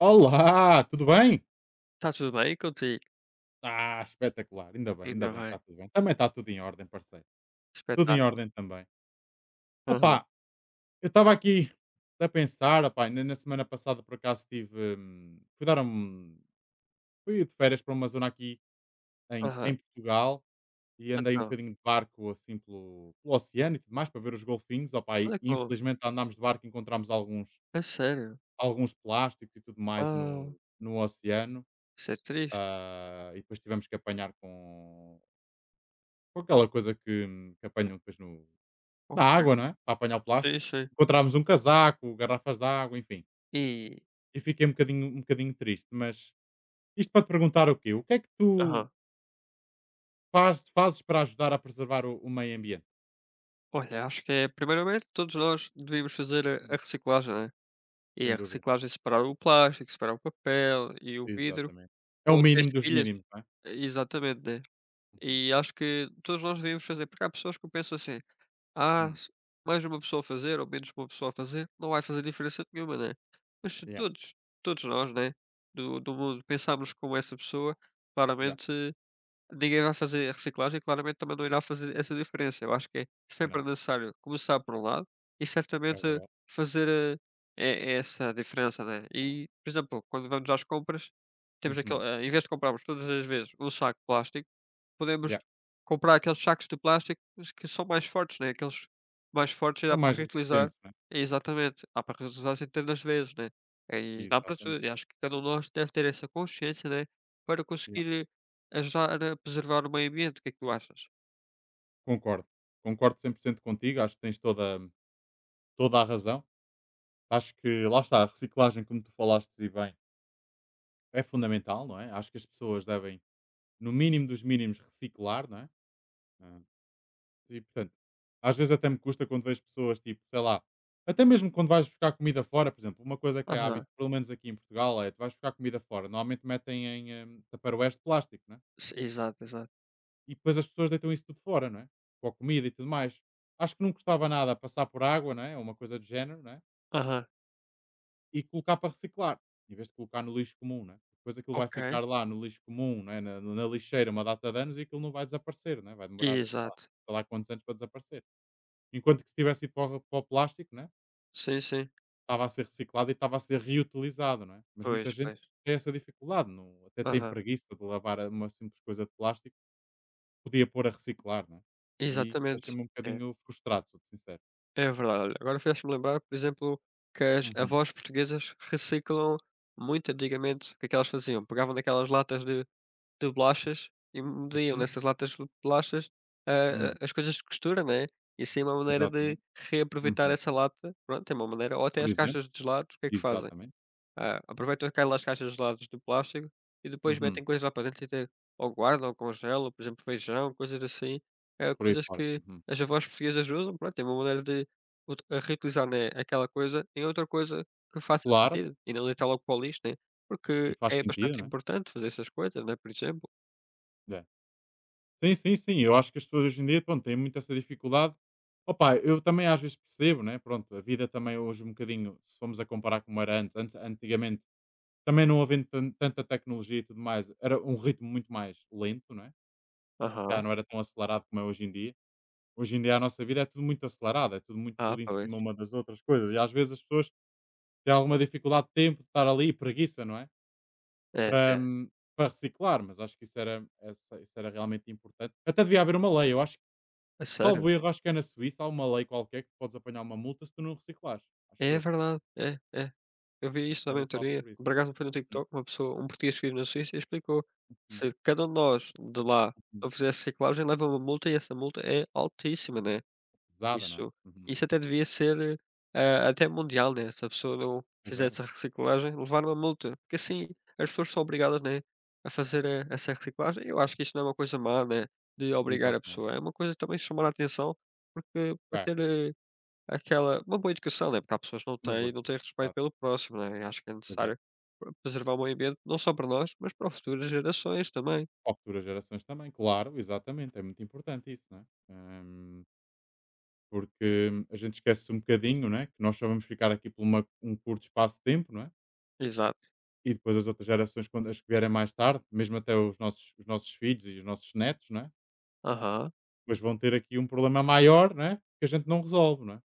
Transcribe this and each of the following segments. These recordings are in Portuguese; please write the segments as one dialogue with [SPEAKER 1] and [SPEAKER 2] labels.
[SPEAKER 1] Olá, tudo bem?
[SPEAKER 2] Está tudo bem contigo?
[SPEAKER 1] Ah, espetacular, ainda
[SPEAKER 2] Ainda
[SPEAKER 1] bem que
[SPEAKER 2] vai
[SPEAKER 1] está tudo bem. Também está tudo em ordem, parceiro. Tudo em
[SPEAKER 2] espetáculo.
[SPEAKER 1] ordem também.
[SPEAKER 2] Aham,
[SPEAKER 1] Opa, eu estava aqui a pensar, opa, na semana passada por acaso estive, fui de férias para uma zona aqui em
[SPEAKER 2] aham.
[SPEAKER 1] Portugal e andei um
[SPEAKER 2] Então,
[SPEAKER 1] bocadinho de barco assim pelo oceano e tudo mais para ver os golfinhos, opa, e
[SPEAKER 2] olha que bom.
[SPEAKER 1] infelizmente andámos de barco e encontramos
[SPEAKER 2] A sério?
[SPEAKER 1] alguns plásticos e tudo mais
[SPEAKER 2] Ah,
[SPEAKER 1] no oceano.
[SPEAKER 2] isso é triste.
[SPEAKER 1] Ah, e depois tivemos que apanhar com aquela coisa que apanham depois
[SPEAKER 2] Oh,
[SPEAKER 1] na água, não é, para apanhar o
[SPEAKER 2] sim,
[SPEAKER 1] plástico.
[SPEAKER 2] sim.
[SPEAKER 1] Encontrámos um casaco, garrafas de água, enfim.
[SPEAKER 2] E
[SPEAKER 1] E fiquei um bocadinho triste, mas isto para te perguntar o quê? O que é que tu
[SPEAKER 2] aham.
[SPEAKER 1] fazes para ajudar a preservar o meio ambiente?
[SPEAKER 2] Olha, acho que é primeiramente todos nós devíamos fazer a
[SPEAKER 1] Uhum.
[SPEAKER 2] reciclagem, né. E a
[SPEAKER 1] Sem dúvida.
[SPEAKER 2] reciclagem é separar o plástico, separar o papel e o vidro
[SPEAKER 1] Exatamente. É o
[SPEAKER 2] ou até as
[SPEAKER 1] mínimo dos
[SPEAKER 2] pilhas.
[SPEAKER 1] mínimos, não é?
[SPEAKER 2] Exatamente, né.
[SPEAKER 1] Uhum.
[SPEAKER 2] E acho que todos nós devíamos fazer, porque há pessoas que pensam assim: ah,
[SPEAKER 1] Hum.
[SPEAKER 2] se mais uma pessoa a fazer ou menos uma pessoa a fazer, não vai fazer diferença nenhuma, né? Mas se
[SPEAKER 1] Yeah,
[SPEAKER 2] todos nós, né, do mundo pensarmos como essa pessoa,
[SPEAKER 1] yeah.
[SPEAKER 2] claramente ninguém vai fazer a reciclagem, claramente também não irá fazer essa diferença. Eu acho que é
[SPEAKER 1] Ah,
[SPEAKER 2] sempre
[SPEAKER 1] não.
[SPEAKER 2] necessário começar por um lado e
[SPEAKER 1] É
[SPEAKER 2] certamente
[SPEAKER 1] verdade.
[SPEAKER 2] fazer, essa diferença, né. E, por exemplo, quando vamos às compras, temos aquele
[SPEAKER 1] Uhum.
[SPEAKER 2] em vez de comprarmos todas as vezes um saco de plástico, podemos
[SPEAKER 1] Yeah.
[SPEAKER 2] comprar aqueles sacos de plástico s que são mais fortes, né, aqueles mais fortes e
[SPEAKER 1] São
[SPEAKER 2] dá para
[SPEAKER 1] mais
[SPEAKER 2] reutilizar.
[SPEAKER 1] resistentes, não é?
[SPEAKER 2] É, exatamente, dá para reutilizar centenas de vezes, né. E dá para
[SPEAKER 1] Exatamente.
[SPEAKER 2] tudo, e acho que cada um de nós deve ter essa consciência, né, para
[SPEAKER 1] Yeah.
[SPEAKER 2] conseguir ajudar a preservar o meio ambiente, o que é que tu achas?
[SPEAKER 1] Concordo. Concordo 100% contigo. Acho que tens toda a razão. Acho que lá está, a reciclagem, como tu falaste e bem, é fundamental, não é? Acho que as pessoas devem, no mínimo dos mínimos, reciclar, não é? Ah, e portanto, às vezes até me custa quando vejo pessoas tipo, sei lá, até mesmo quando vais buscar comida fora, por exemplo, uma coisa que é
[SPEAKER 2] Aham.
[SPEAKER 1] hábito, pelo menos aqui em Portugal, é tu vais buscar comida fora, normalmente metem em taparoeste de plástico, não é?
[SPEAKER 2] S Exato, exato.
[SPEAKER 1] E depois as pessoas deitam isso tudo fora, não é? Com a comida e tudo mais. Acho que não custava nada passar por água, não é? Ou uma coisa do género, não é?
[SPEAKER 2] Aham.
[SPEAKER 1] E colocar para reciclar, em vez de colocar no lixo comum, né. Depois aquilo vai
[SPEAKER 2] Ok.
[SPEAKER 1] ficar lá no lixo comum, né, na lixeira uma data de anos e aquilo não vai desaparecer, né, vai demorar,
[SPEAKER 2] Exato.
[SPEAKER 1] sei lá quantos anos para desaparecer. Enquanto que se tivesse ido para o plástico, né,
[SPEAKER 2] Sim, sim.
[SPEAKER 1] estava a ser reciclado e estava a ser reutilizado, não é. Mas muita
[SPEAKER 2] Pois,
[SPEAKER 1] gente
[SPEAKER 2] pois.
[SPEAKER 1] tem essa dificuldade, não até tem
[SPEAKER 2] Aham.
[SPEAKER 1] preguiça de lavar a uma simples coisa de plástico, podia pôr a reciclar, não é. E aí
[SPEAKER 2] Exatamente.
[SPEAKER 1] deixa-me um
[SPEAKER 2] É,
[SPEAKER 1] bocadinho frustrado, sou-te sincero.
[SPEAKER 2] é verdade. Olha, agora fez me lembrar, por exemplo, que as
[SPEAKER 1] Uhum,
[SPEAKER 2] avós portuguesas reciclam muito antigamente. O que é que elas faziam? Pegavam naquelas latas de bolachas e metiam
[SPEAKER 1] uhum,
[SPEAKER 2] nessas latas de bolachas,
[SPEAKER 1] hum,
[SPEAKER 2] as coisas de costura, né, e assim é uma maneira de
[SPEAKER 1] exatamente,
[SPEAKER 2] reaproveitar
[SPEAKER 1] uhum.
[SPEAKER 2] essa lata, pronto, é uma maneira ou até
[SPEAKER 1] Por
[SPEAKER 2] as
[SPEAKER 1] exemplo,
[SPEAKER 2] caixas de gelados, o que é que fazem?
[SPEAKER 1] exatamente,
[SPEAKER 2] Ah, aproveitam aquelas caixas de gelados de plástico e depois
[SPEAKER 1] uhum,
[SPEAKER 2] metem coisas lá para dentro e até ou guardam ou congelam, por exemplo, feijão, coisas assim. É
[SPEAKER 1] por aí
[SPEAKER 2] coisas
[SPEAKER 1] fora.
[SPEAKER 2] que
[SPEAKER 1] Uhum.
[SPEAKER 2] as avós portuguesas usam, pronto, é uma maneira de reutilizar, né, aquela coisa em outra coisa que faça
[SPEAKER 1] Claro,
[SPEAKER 2] sentido e não deitar logo para o lixo, né,
[SPEAKER 1] e
[SPEAKER 2] porque
[SPEAKER 1] faz
[SPEAKER 2] é
[SPEAKER 1] sentido,
[SPEAKER 2] bastante
[SPEAKER 1] né?
[SPEAKER 2] importante fazer essas coisas, né, por exemplo.
[SPEAKER 1] É. Sim, sim, sim. Eu acho que as pessoas hoje em dia pronto, têm muito essa dificuldade. Opa, eu também às vezes percebo, né? Pronto, a vida também hoje um bocadinho, se formos a comparar como era antes, antigamente, também não havendo tanta tecnologia e tudo mais, era um ritmo muito mais lento, não é?
[SPEAKER 2] Aham.
[SPEAKER 1] Já não era tão acelerado como é hoje em dia. Hoje em dia a nossa vida é tudo muito acelerado, é tudo muito
[SPEAKER 2] Ah,
[SPEAKER 1] tudo em
[SPEAKER 2] pois.
[SPEAKER 1] cima uma das outras coisas. E às vezes as pessoas têm alguma dificuldade de tempo de estar ali e preguiça, não é?
[SPEAKER 2] É,
[SPEAKER 1] Para,
[SPEAKER 2] é.
[SPEAKER 1] para reciclar, mas acho que isso era, isso era realmente importante. Até devia haver uma lei, eu acho que,
[SPEAKER 2] A sério?
[SPEAKER 1] salvo erro, acho que é na Suíça, há uma lei qualquer que podes apanhar uma multa se tu não reciclares, acho
[SPEAKER 2] É
[SPEAKER 1] eu.
[SPEAKER 2] verdade. É, é. Eu vi
[SPEAKER 1] Acho
[SPEAKER 2] isso
[SPEAKER 1] que tinha
[SPEAKER 2] também,
[SPEAKER 1] ouvido falar
[SPEAKER 2] teoria.
[SPEAKER 1] sobre isso.
[SPEAKER 2] Por acaso foi no
[SPEAKER 1] Uhum,
[SPEAKER 2] TikTok, uma pessoa, um português que vive na Suíça, explicou:
[SPEAKER 1] uhum,
[SPEAKER 2] se cada um de nós de lá
[SPEAKER 1] uhum.
[SPEAKER 2] não fizesse reciclagem, leva uma multa e essa multa é altíssima, né?
[SPEAKER 1] Pesada, não é?
[SPEAKER 2] Isso,
[SPEAKER 1] Uhum.
[SPEAKER 2] isso até devia ser, até mundial, né? Se a pessoa não
[SPEAKER 1] Pois era,
[SPEAKER 2] fizesse a reciclagem, levar uma multa, porque assim as pessoas são obrigadas, né, a fazer essa reciclagem. Eu acho que isso não é uma coisa má, né? De obrigar a pessoa,
[SPEAKER 1] exatamente.
[SPEAKER 2] é uma coisa também chamar a atenção, porque para
[SPEAKER 1] Bem,
[SPEAKER 2] ter, aquela uma boa educação, né, porque há pessoas que não
[SPEAKER 1] uma boa
[SPEAKER 2] têm não
[SPEAKER 1] educação,
[SPEAKER 2] têm respeito
[SPEAKER 1] claro.
[SPEAKER 2] pelo próximo, né, e acho que é
[SPEAKER 1] Pois é.
[SPEAKER 2] necessário preservar o meio ambiente não só para nós, mas para futuras gerações também.
[SPEAKER 1] Para futuras gerações também, claro, exatamente, é muito importante isso, não é? Hum, porque a gente esquece um bocadinho, não é? Que nós só vamos ficar aqui por um curto espaço de tempo, não é?
[SPEAKER 2] Exato.
[SPEAKER 1] E depois as outras gerações, quando as que vierem mais tarde, mesmo até os nossos filhos e os nossos netos, não é?
[SPEAKER 2] Aham.
[SPEAKER 1] Mas vão ter aqui um problema maior, não é? Que a gente não resolve, não é?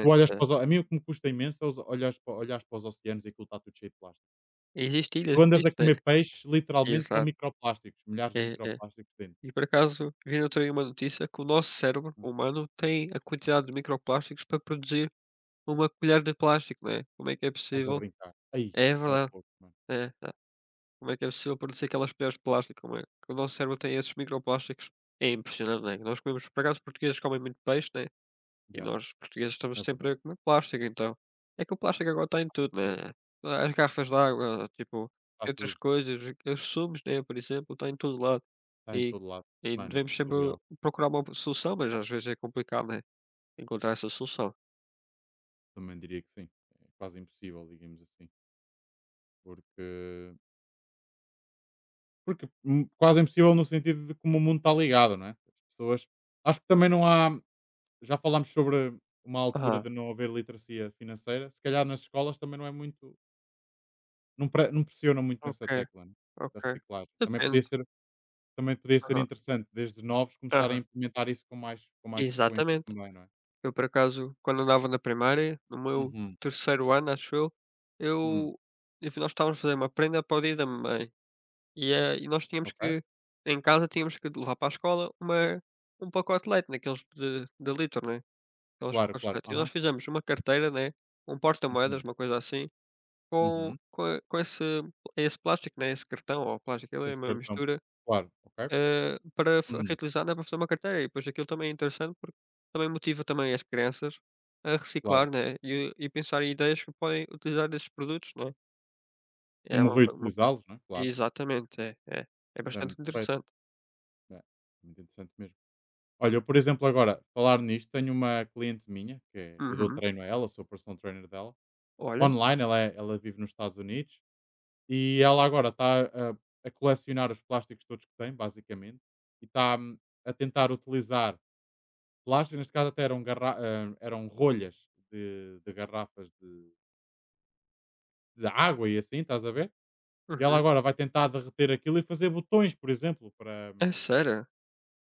[SPEAKER 1] Tu olhas
[SPEAKER 2] é.
[SPEAKER 1] para os, a mim o que me custa imenso é olhares para os oceanos e aquilo está tudo cheio de plástico.
[SPEAKER 2] Existem ilhas
[SPEAKER 1] Tu andas a
[SPEAKER 2] disto, né.
[SPEAKER 1] comer peixe literalmente com
[SPEAKER 2] Exato.
[SPEAKER 1] microplásticos, milhares de
[SPEAKER 2] É, é.
[SPEAKER 1] microplásticos dentro.
[SPEAKER 2] E por acaso vi no outro dia uma notícia que o nosso cérebro
[SPEAKER 1] Hum,
[SPEAKER 2] humano tem a quantidade de microplásticos para produzir uma colher de plástico, né, como é que é
[SPEAKER 1] Estás a
[SPEAKER 2] possível?
[SPEAKER 1] brincar. Aí,
[SPEAKER 2] É
[SPEAKER 1] é
[SPEAKER 2] verdade.
[SPEAKER 1] pouco, mano.
[SPEAKER 2] É, é. Como é que é possível produzir aquelas colheres de plástico? Como é que o nosso cérebro tem esses microplásticos? É impressionante, né? Nós comemos, por acaso, os portugueses comem muito peixe, né? E
[SPEAKER 1] Já,
[SPEAKER 2] nós, portugueses,
[SPEAKER 1] é
[SPEAKER 2] estamos sempre
[SPEAKER 1] verdade.
[SPEAKER 2] a comer plástico, então. É que o plástico agora está em tudo, né? As garrafas de água, tipo,
[SPEAKER 1] Está
[SPEAKER 2] entre as
[SPEAKER 1] tudo,
[SPEAKER 2] coisas, os sumos, né? Por exemplo, está em todo lado.
[SPEAKER 1] está em
[SPEAKER 2] E,
[SPEAKER 1] todo lado.
[SPEAKER 2] e
[SPEAKER 1] Mano, isso é
[SPEAKER 2] devemos sempre
[SPEAKER 1] surreal.
[SPEAKER 2] procurar uma solução, mas às vezes é complicado, né? Encontrar essa solução.
[SPEAKER 1] Também diria que sim. É quase impossível, digamos assim. Porque Porque quase impossível no sentido de como o mundo está ligado, não é? As pessoas. Acho que também não há. Já falámos sobre uma altura
[SPEAKER 2] ah
[SPEAKER 1] de não haver literacia financeira. Se calhar nas escolas também não é muito. Não, não pressionam muito
[SPEAKER 2] ok,
[SPEAKER 1] nessa tecla né? Da
[SPEAKER 2] ok.
[SPEAKER 1] reciclagem.
[SPEAKER 2] Depende.
[SPEAKER 1] Também podia ser
[SPEAKER 2] Aham,
[SPEAKER 1] interessante, desde novos, começarem
[SPEAKER 2] aham.
[SPEAKER 1] a implementar isso com com mais frequência
[SPEAKER 2] Exatamente.
[SPEAKER 1] também, não é?
[SPEAKER 2] Eu por acaso, quando andava na primária, no meu
[SPEAKER 1] Uhum.
[SPEAKER 2] terceiro ano, acho eu,
[SPEAKER 1] Uhum.
[SPEAKER 2] eu e nós estávamos a fazer uma prenda para o Dia da Mãe, e nós tínhamos
[SPEAKER 1] Ok.
[SPEAKER 2] que em casa tínhamos que levar para a escola uma um pacote de leite, daqueles de litro, né, aqueles
[SPEAKER 1] Claro,
[SPEAKER 2] pacotes de
[SPEAKER 1] claro.
[SPEAKER 2] leite. E nós
[SPEAKER 1] Aham.
[SPEAKER 2] fizemos uma carteira, né, um porta-moedas,
[SPEAKER 1] Uhum.
[SPEAKER 2] uma coisa assim, com
[SPEAKER 1] Uhum.
[SPEAKER 2] com com esse plástico, né, esse cartão ou plástico, aquilo é
[SPEAKER 1] Esse
[SPEAKER 2] uma
[SPEAKER 1] cartão.
[SPEAKER 2] mistura
[SPEAKER 1] Claro. Ok.
[SPEAKER 2] eh, para fa
[SPEAKER 1] Uhum.
[SPEAKER 2] reutilizar, dá para fazer uma carteira e depois aquilo também é interessante, porque também motiva também as crianças a
[SPEAKER 1] Claro.
[SPEAKER 2] reciclar, né, e pensar em ideias que podem utilizar esses produtos, né. É
[SPEAKER 1] Como
[SPEAKER 2] uma
[SPEAKER 1] reutilizá-los, não é? Claro.
[SPEAKER 2] exatamente, é, é. É
[SPEAKER 1] Isso é muito
[SPEAKER 2] bastante
[SPEAKER 1] correto.
[SPEAKER 2] interessante.
[SPEAKER 1] É, muito interessante mesmo. Olha, eu, por exemplo, agora, falar nisto, tenho uma cliente minha, que eu dou
[SPEAKER 2] Uhum.
[SPEAKER 1] treino a ela, sou personal trainer dela,
[SPEAKER 2] Olha,
[SPEAKER 1] online, ela, ela vive nos Estados Unidos, e ela agora está a, colecionar os plásticos todos que tem, basicamente, e está a tentar utilizar plásticos, neste caso até eram, eram rolhas de, garrafas de, água e assim, estás a ver? E ela
[SPEAKER 2] uhum.
[SPEAKER 1] agora vai tentar derreter aquilo e fazer botões, por exemplo, para,
[SPEAKER 2] É
[SPEAKER 1] hum,
[SPEAKER 2] sério?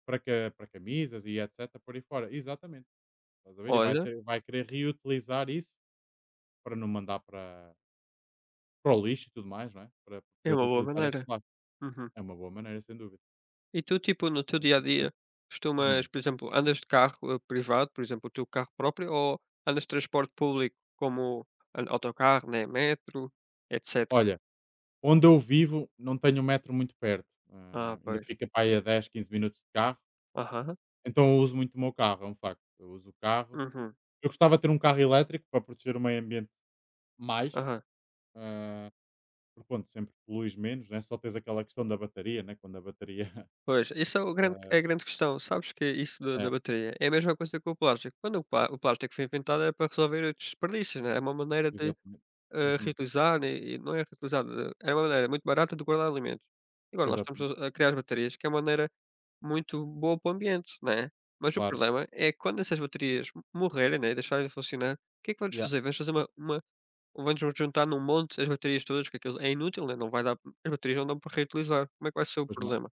[SPEAKER 1] para, ca- para camisas e etc, por aí fora. Exatamente. Estás a ver? E
[SPEAKER 2] Olha,
[SPEAKER 1] vai querer reutilizar isso para não mandar para, para o lixo e tudo mais, não é? Para
[SPEAKER 2] é
[SPEAKER 1] poder
[SPEAKER 2] uma boa
[SPEAKER 1] reutilizar esse
[SPEAKER 2] maneira.
[SPEAKER 1] plástico.
[SPEAKER 2] Uhum.
[SPEAKER 1] É uma boa maneira, sem dúvida.
[SPEAKER 2] E tu, tipo, no teu
[SPEAKER 1] Muito
[SPEAKER 2] dia a
[SPEAKER 1] interessante.
[SPEAKER 2] dia,
[SPEAKER 1] Hum.
[SPEAKER 2] costumas, por exemplo, andas de carro, privado, por exemplo, o teu carro próprio, ou andas de transporte público como a autocarro, né, metro, etcétera?
[SPEAKER 1] Olha, onde eu vivo não tenho um metro muito perto.
[SPEAKER 2] Ah,
[SPEAKER 1] Ah, ainda
[SPEAKER 2] pois.
[SPEAKER 1] fica para aí a 10, 15 minutos de carro.
[SPEAKER 2] Aham,
[SPEAKER 1] Então eu uso muito o meu carro, é um facto. Eu uso o carro.
[SPEAKER 2] uhum,
[SPEAKER 1] Eu gostava de ter um carro elétrico para proteger o meio ambiente mais.
[SPEAKER 2] aham.
[SPEAKER 1] Ah, porque, pronto, sempre poluís menos, né? Só tens aquela questão da bateria, né? Quando a bateria...
[SPEAKER 2] Pois, isso é o grande é a grande questão, sabes que isso da
[SPEAKER 1] É,
[SPEAKER 2] bateria é a mesma coisa que o plástico. Quando o plá o plástico foi inventado era para resolver os desperdícios, né, é uma maneira de,
[SPEAKER 1] exatamente. Uhum,
[SPEAKER 2] reutilizar e não é reutilizar, é uma maneira muito barata de guardar alimentos. Agora nós estamos
[SPEAKER 1] exatamente,
[SPEAKER 2] a criar as baterias, que é uma maneira muito boa para o ambiente, né, mas o
[SPEAKER 1] claro.
[SPEAKER 2] problema é que quando essas baterias morrerem, né, e deixarem de funcionar, o que é que vamos
[SPEAKER 1] Yeah.
[SPEAKER 2] fazer? Vamos fazer uma Vamos nos juntar num monte, as baterias todas, que aquilo é inútil, né, não vai dar as baterias não dão para reutilizar. Como é que vai ser o
[SPEAKER 1] Pois não.
[SPEAKER 2] problema?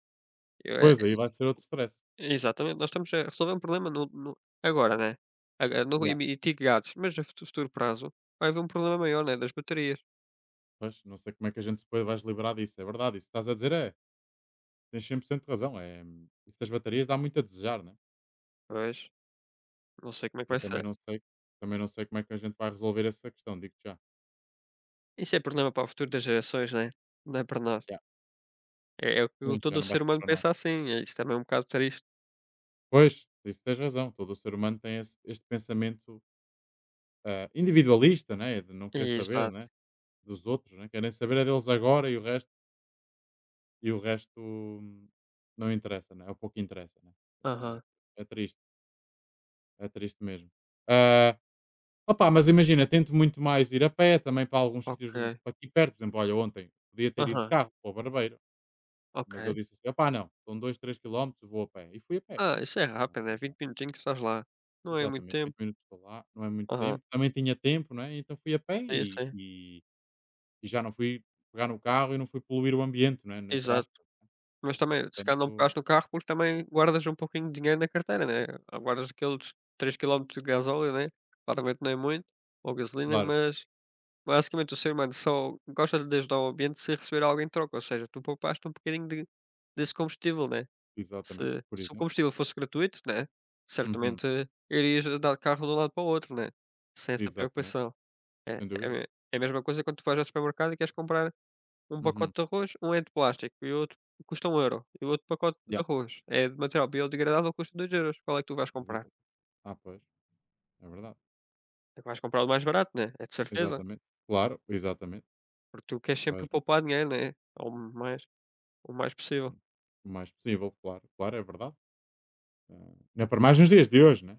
[SPEAKER 2] Eu é
[SPEAKER 1] Pois, aí vai
[SPEAKER 2] isso
[SPEAKER 1] ser outro stress.
[SPEAKER 2] exatamente, nós estamos a resolver um problema no agora, né. Agora não
[SPEAKER 1] Yeah.
[SPEAKER 2] emitir gases, mas a futuro prazo vai haver um problema maior, né, das baterias.
[SPEAKER 1] Pois, não sei como é que a gente depois vais liberar disso. É verdade, isso que estás a dizer é, tens 100% de razão. É, isso das baterias dá muito a desejar, né?
[SPEAKER 2] Pois, não sei como é que
[SPEAKER 1] Eu
[SPEAKER 2] vai ser.
[SPEAKER 1] também não sei como é que a gente vai resolver essa questão, digo-te já.
[SPEAKER 2] Isso é problema para o futuro das gerações, né, não é para nós.
[SPEAKER 1] Yeah.
[SPEAKER 2] É o que
[SPEAKER 1] Sim,
[SPEAKER 2] todo
[SPEAKER 1] já
[SPEAKER 2] o
[SPEAKER 1] não vai
[SPEAKER 2] ser
[SPEAKER 1] ser
[SPEAKER 2] humano
[SPEAKER 1] para nós.
[SPEAKER 2] pensa assim, é isso também é um bocado triste.
[SPEAKER 1] Pois, isso tens razão. Todo o ser humano tem este pensamento ah, individualista, né? De não querer saber, né?
[SPEAKER 2] Exato.
[SPEAKER 1] Dos outros, né? Querem saber é deles agora e o resto, e o resto hum, não interessa, né? É o pouco interessa, né? É,
[SPEAKER 2] Aham.
[SPEAKER 1] é triste. É triste mesmo. Ah, opá, mas imagina, tento muito mais ir a pé também para alguns sítios
[SPEAKER 2] Ok.
[SPEAKER 1] aqui perto. Por exemplo, olha, ontem podia ter ido de
[SPEAKER 2] Aham.
[SPEAKER 1] carro para o barbeiro, mas eu
[SPEAKER 2] Ok.
[SPEAKER 1] disse assim: opá, não, são 2, 3 quilómetros, vou a pé. E fui a pé.
[SPEAKER 2] Ah, isso é
[SPEAKER 1] Ah,
[SPEAKER 2] rápido, né,
[SPEAKER 1] ah,
[SPEAKER 2] 20 minutinhos estás lá. Não é muito
[SPEAKER 1] Exatamente,
[SPEAKER 2] tempo.
[SPEAKER 1] 8 minutos estou lá, não é muito
[SPEAKER 2] Aham.
[SPEAKER 1] tempo. Também tinha tempo, não é? Então fui a pé
[SPEAKER 2] Sim, sim.
[SPEAKER 1] e já não fui pegar no carro e não fui poluir o ambiente, não é? Não
[SPEAKER 2] Exato.
[SPEAKER 1] entraste.
[SPEAKER 2] Mas também, se calhar não
[SPEAKER 1] Portanto,
[SPEAKER 2] pegaste no carro porque também guardas um pouquinho de dinheiro na carteira, né? Ah, guardas aqueles 3 quilómetros de gasóleo, né? Claramente não é muito, ou gasolina,
[SPEAKER 1] claro,
[SPEAKER 2] mas basicamente o ser humano só gosta de ajudar o ambiente se receber algo em troca, ou seja, tu poupaste um bocadinho desse combustível, né?
[SPEAKER 1] exatamente,
[SPEAKER 2] Se,
[SPEAKER 1] por
[SPEAKER 2] se o
[SPEAKER 1] exemplo.
[SPEAKER 2] combustível fosse gratuito, né?
[SPEAKER 1] Uhum,
[SPEAKER 2] Certamente irias dar de carro de um lado para o outro, né? Sem essa
[SPEAKER 1] exatamente,
[SPEAKER 2] preocupação. É,
[SPEAKER 1] sem
[SPEAKER 2] é,
[SPEAKER 1] dúvida.
[SPEAKER 2] é a mesma coisa quando tu vais ao supermercado e queres comprar um
[SPEAKER 1] Uhum.
[SPEAKER 2] pacote de arroz, um é de plástico e o outro custa 1 euro e o outro pacote
[SPEAKER 1] Yeah.
[SPEAKER 2] de arroz é de material biodegradável, custa 2 euros. Qual é que tu vais comprar?
[SPEAKER 1] Ah, pois, é verdade.
[SPEAKER 2] É que vais comprar o mais barato, né, é de certeza,
[SPEAKER 1] Exatamente. Claro, exatamente.
[SPEAKER 2] porque tu queres
[SPEAKER 1] Vais
[SPEAKER 2] sempre poupar dinheiro, né, ao mais o mais possível.
[SPEAKER 1] o mais possível, claro. Claro, é verdade. Ah, ainda para mais nos dias de hoje, né?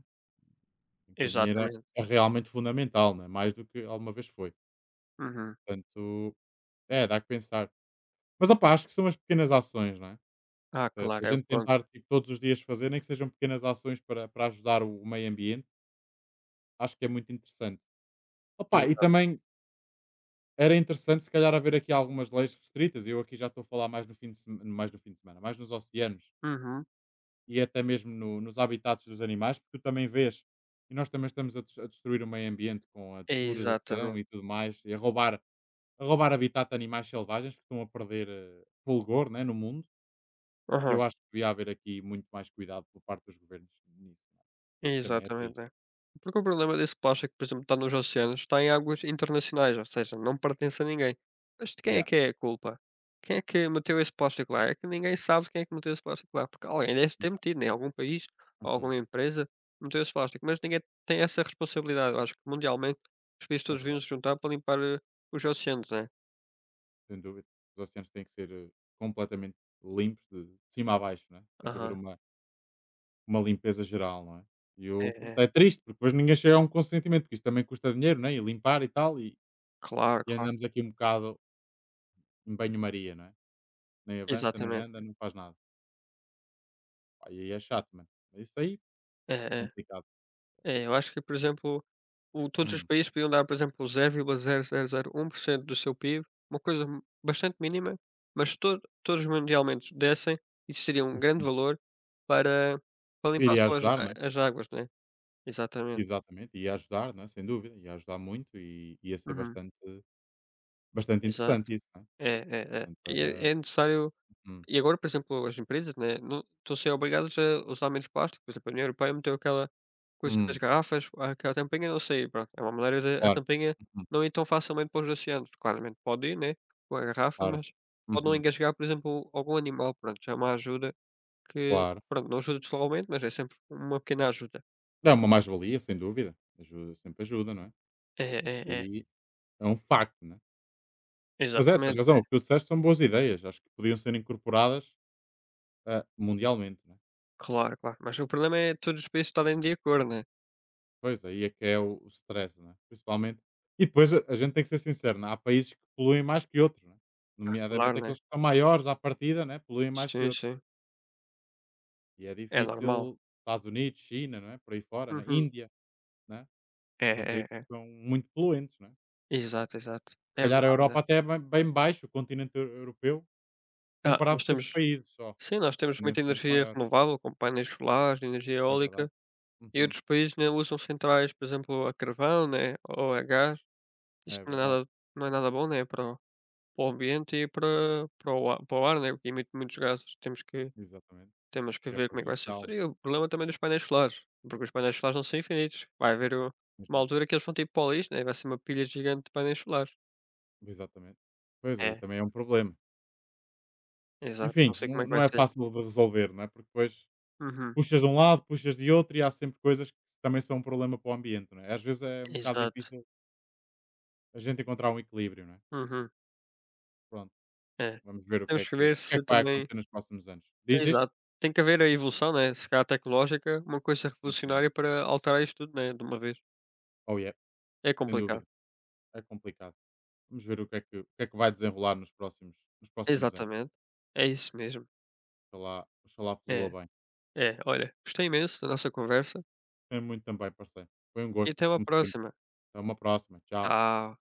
[SPEAKER 1] Em que o dinheiro é,
[SPEAKER 2] Exatamente.
[SPEAKER 1] é realmente fundamental, né? Mais do que alguma vez foi.
[SPEAKER 2] Uhum.
[SPEAKER 1] Portanto, é, dá que pensar. Mas, opá, acho que são as pequenas ações, não é?
[SPEAKER 2] Ah,
[SPEAKER 1] A
[SPEAKER 2] claro, é o
[SPEAKER 1] gente
[SPEAKER 2] que conta.
[SPEAKER 1] tentar, tipo, todos os dias fazer, nem que sejam pequenas ações para, para ajudar o meio ambiente, acho que é muito interessante. Opá, e
[SPEAKER 2] Exato.
[SPEAKER 1] também era interessante, se calhar, haver aqui algumas leis restritas. Eu aqui já estou a falar mais no fim de, mais no fim de semana, mais nos oceanos
[SPEAKER 2] Uhum.
[SPEAKER 1] e até mesmo nos habitats dos animais, porque tu também vês, e nós também estamos a, a destruir o meio ambiente com a desflorização
[SPEAKER 2] Exatamente.
[SPEAKER 1] e tudo mais, e a roubar, habitat de animais selvagens que estão a perder fulgor né, no mundo. Eu
[SPEAKER 2] Aham.
[SPEAKER 1] acho que devia haver aqui muito mais cuidado por parte dos governos nisso. Né? Também é
[SPEAKER 2] Exatamente,
[SPEAKER 1] triste.
[SPEAKER 2] né. Porque o problema
[SPEAKER 1] Né?
[SPEAKER 2] desse plástico, por exemplo, está nos oceanos, está em águas internacionais, ou seja, não pertence a ninguém. Mas de quem é
[SPEAKER 1] Yeah,
[SPEAKER 2] que é a culpa? Quem é que meteu esse plástico lá? É que ninguém sabe quem é que meteu esse plástico lá, porque alguém deve ter
[SPEAKER 1] exato.
[SPEAKER 2] metido, né, algum país ou
[SPEAKER 1] Uhum,
[SPEAKER 2] alguma empresa meteu esse plástico, mas ninguém tem essa responsabilidade. Eu acho que mundialmente os países
[SPEAKER 1] é
[SPEAKER 2] todos deviam
[SPEAKER 1] verdade,
[SPEAKER 2] se juntar para limpar, os oceanos, né.
[SPEAKER 1] sem dúvida. Os oceanos têm que ser completamente limpos de cima a baixo, né? Tem que haver
[SPEAKER 2] Aham.
[SPEAKER 1] uma limpeza geral, não é? E
[SPEAKER 2] É,
[SPEAKER 1] eu, pronto,
[SPEAKER 2] é.
[SPEAKER 1] é triste, porque depois ninguém chega a um consentimento, porque isto também custa dinheiro, né? E limpar e tal, e,
[SPEAKER 2] Claro,
[SPEAKER 1] e
[SPEAKER 2] claro.
[SPEAKER 1] andamos aqui um bocado em banho-maria, não é? Nem avança, nem
[SPEAKER 2] Exatamente.
[SPEAKER 1] anda, não faz nada. Pá, e aí é chato, mano. Isso aí
[SPEAKER 2] É,
[SPEAKER 1] é
[SPEAKER 2] é.
[SPEAKER 1] complicado.
[SPEAKER 2] É, eu acho que, por exemplo, o todos os
[SPEAKER 1] Hum.
[SPEAKER 2] países podiam dar, por exemplo, zero vírgula zero zero zero vírgula um por cento do seu PIB, uma coisa bastante mínima, mas to todos mundialmente dessem, isso seria um grande
[SPEAKER 1] Hum.
[SPEAKER 2] valor para, para limpar
[SPEAKER 1] Iria
[SPEAKER 2] só as,
[SPEAKER 1] ajudar, não é?
[SPEAKER 2] a- as águas, né? Exatamente.
[SPEAKER 1] Exatamente, ia ajudar, não é? Sem dúvida, ia ajudar muito e ia ser
[SPEAKER 2] Uhum.
[SPEAKER 1] bastante
[SPEAKER 2] Exato.
[SPEAKER 1] interessante isso, não é?
[SPEAKER 2] É, é, é.
[SPEAKER 1] Portanto,
[SPEAKER 2] E é,
[SPEAKER 1] para...
[SPEAKER 2] é necessário.
[SPEAKER 1] Hum.
[SPEAKER 2] E agora, por exemplo, as empresas, né, não estão a ser obrigadas a usar menos plástico. Por exemplo, a União Europeia meteu aquela coisa das
[SPEAKER 1] Hum.
[SPEAKER 2] garrafas, aquela tampinha não sei pronto. É uma maneira de a
[SPEAKER 1] Claro,
[SPEAKER 2] tampinha
[SPEAKER 1] uhum.
[SPEAKER 2] não ir tão facilmente para os oceanos. Claramente pode ir, né, com a garrafa,
[SPEAKER 1] Claro,
[SPEAKER 2] mas pode não
[SPEAKER 1] uhum.
[SPEAKER 2] engasgar, por exemplo, algum animal. Pronto, já é uma ajuda que,
[SPEAKER 1] Claro.
[SPEAKER 2] pronto, não ajuda totalmente, mas é sempre uma pequena ajuda.
[SPEAKER 1] É uma mais-valia, sem dúvida. Ajuda, sempre ajuda, não é?
[SPEAKER 2] É,
[SPEAKER 1] Isso
[SPEAKER 2] é, é.
[SPEAKER 1] aí é um facto, né. Mas é, tens
[SPEAKER 2] Exatamente,
[SPEAKER 1] razão,
[SPEAKER 2] é.
[SPEAKER 1] o que tu disseste são boas ideias, acho que podiam ser incorporadas, ah, mundialmente, né.
[SPEAKER 2] Claro, claro. Mas o problema é todos os países estarem de acordo, né.
[SPEAKER 1] Pois, aí é que é o stress, né, principalmente e depois a gente tem que ser sincero, né, há países que poluem mais que outros, né,
[SPEAKER 2] Ah,
[SPEAKER 1] nomeadamente
[SPEAKER 2] claro, né.
[SPEAKER 1] aqueles que são maiores à partida, né, poluem mais que
[SPEAKER 2] Sim,
[SPEAKER 1] outros,
[SPEAKER 2] sim.
[SPEAKER 1] e é
[SPEAKER 2] É normal.
[SPEAKER 1] difícil Estados Unidos, China, não é, por aí fora, né,
[SPEAKER 2] Uhum.
[SPEAKER 1] Índia, né,
[SPEAKER 2] É,
[SPEAKER 1] são
[SPEAKER 2] é,
[SPEAKER 1] países que
[SPEAKER 2] é.
[SPEAKER 1] são muito poluentes, né.
[SPEAKER 2] Exato, exato.
[SPEAKER 1] Se
[SPEAKER 2] É
[SPEAKER 1] calhar a Europa
[SPEAKER 2] verdade.
[SPEAKER 1] até é bem bem baixo, o continente eu europeu,
[SPEAKER 2] Ah,
[SPEAKER 1] comparado
[SPEAKER 2] nós
[SPEAKER 1] com esses
[SPEAKER 2] temos
[SPEAKER 1] países só,
[SPEAKER 2] sim,
[SPEAKER 1] né,
[SPEAKER 2] nós temos
[SPEAKER 1] também
[SPEAKER 2] muita
[SPEAKER 1] são muito
[SPEAKER 2] energia
[SPEAKER 1] maiores.
[SPEAKER 2] renovável, como painéis solares, energia
[SPEAKER 1] É verdade.
[SPEAKER 2] eólica, e
[SPEAKER 1] Uhum.
[SPEAKER 2] outros países, né, usam centrais, por exemplo, a carvão, né, ou a gás.
[SPEAKER 1] É
[SPEAKER 2] Isto não é
[SPEAKER 1] verdade,
[SPEAKER 2] nada bom, né, para o ambiente e para o ar né, porque emite muitos gases.
[SPEAKER 1] exatamente.
[SPEAKER 2] Temos que
[SPEAKER 1] É
[SPEAKER 2] ver como é que vai ser o
[SPEAKER 1] prejudicial,
[SPEAKER 2] futuro.
[SPEAKER 1] né,
[SPEAKER 2] E o problema também dos painéis solares, porque os painéis solares não são infinitos. Vai haver o
[SPEAKER 1] mas
[SPEAKER 2] uma
[SPEAKER 1] não,
[SPEAKER 2] altura que eles vão ter para o lixo, né, vai ser uma pilha gigante de painéis solares.
[SPEAKER 1] exatamente. Pois aí
[SPEAKER 2] É,
[SPEAKER 1] também é um problema.
[SPEAKER 2] exato. Não
[SPEAKER 1] Enfim,
[SPEAKER 2] sei como
[SPEAKER 1] não,
[SPEAKER 2] é que
[SPEAKER 1] não
[SPEAKER 2] vai
[SPEAKER 1] é
[SPEAKER 2] ser.
[SPEAKER 1] fácil de resolver, não é? Porque depois
[SPEAKER 2] Uhum.
[SPEAKER 1] puxas de um lado, puxas de outro e há sempre coisas que também são um problema para o ambiente, não é? Às vezes é um bocado
[SPEAKER 2] Exato.
[SPEAKER 1] difícil a gente encontrar um equilíbrio, não é?
[SPEAKER 2] Uhum.
[SPEAKER 1] Pronto,
[SPEAKER 2] É.
[SPEAKER 1] vamos ver o que é
[SPEAKER 2] Temos que
[SPEAKER 1] que
[SPEAKER 2] ver se
[SPEAKER 1] vai
[SPEAKER 2] também
[SPEAKER 1] acontecer nos próximos anos. Diz,
[SPEAKER 2] é,
[SPEAKER 1] diz?
[SPEAKER 2] exato. Tem que haver a evolução, né, se calhar tecnológica, é uma coisa
[SPEAKER 1] Uhum.
[SPEAKER 2] revolucionária para alterar isto tudo, né, de uma vez.
[SPEAKER 1] Oh yeah,
[SPEAKER 2] É
[SPEAKER 1] sem
[SPEAKER 2] complicado.
[SPEAKER 1] dúvida. É complicado. Vamos ver o que é que vai desenrolar nos próximos, anos.
[SPEAKER 2] Exatamente. É isso mesmo.
[SPEAKER 1] Oxalá, oxalá flua
[SPEAKER 2] É,
[SPEAKER 1] bem.
[SPEAKER 2] é. Olha, gostei imenso da nossa conversa
[SPEAKER 1] Gostei muito também, parceiro. Foi um
[SPEAKER 2] e
[SPEAKER 1] gosto,
[SPEAKER 2] até uma
[SPEAKER 1] como sempre.
[SPEAKER 2] próxima.
[SPEAKER 1] Até uma próxima. Tchau.
[SPEAKER 2] Tchau.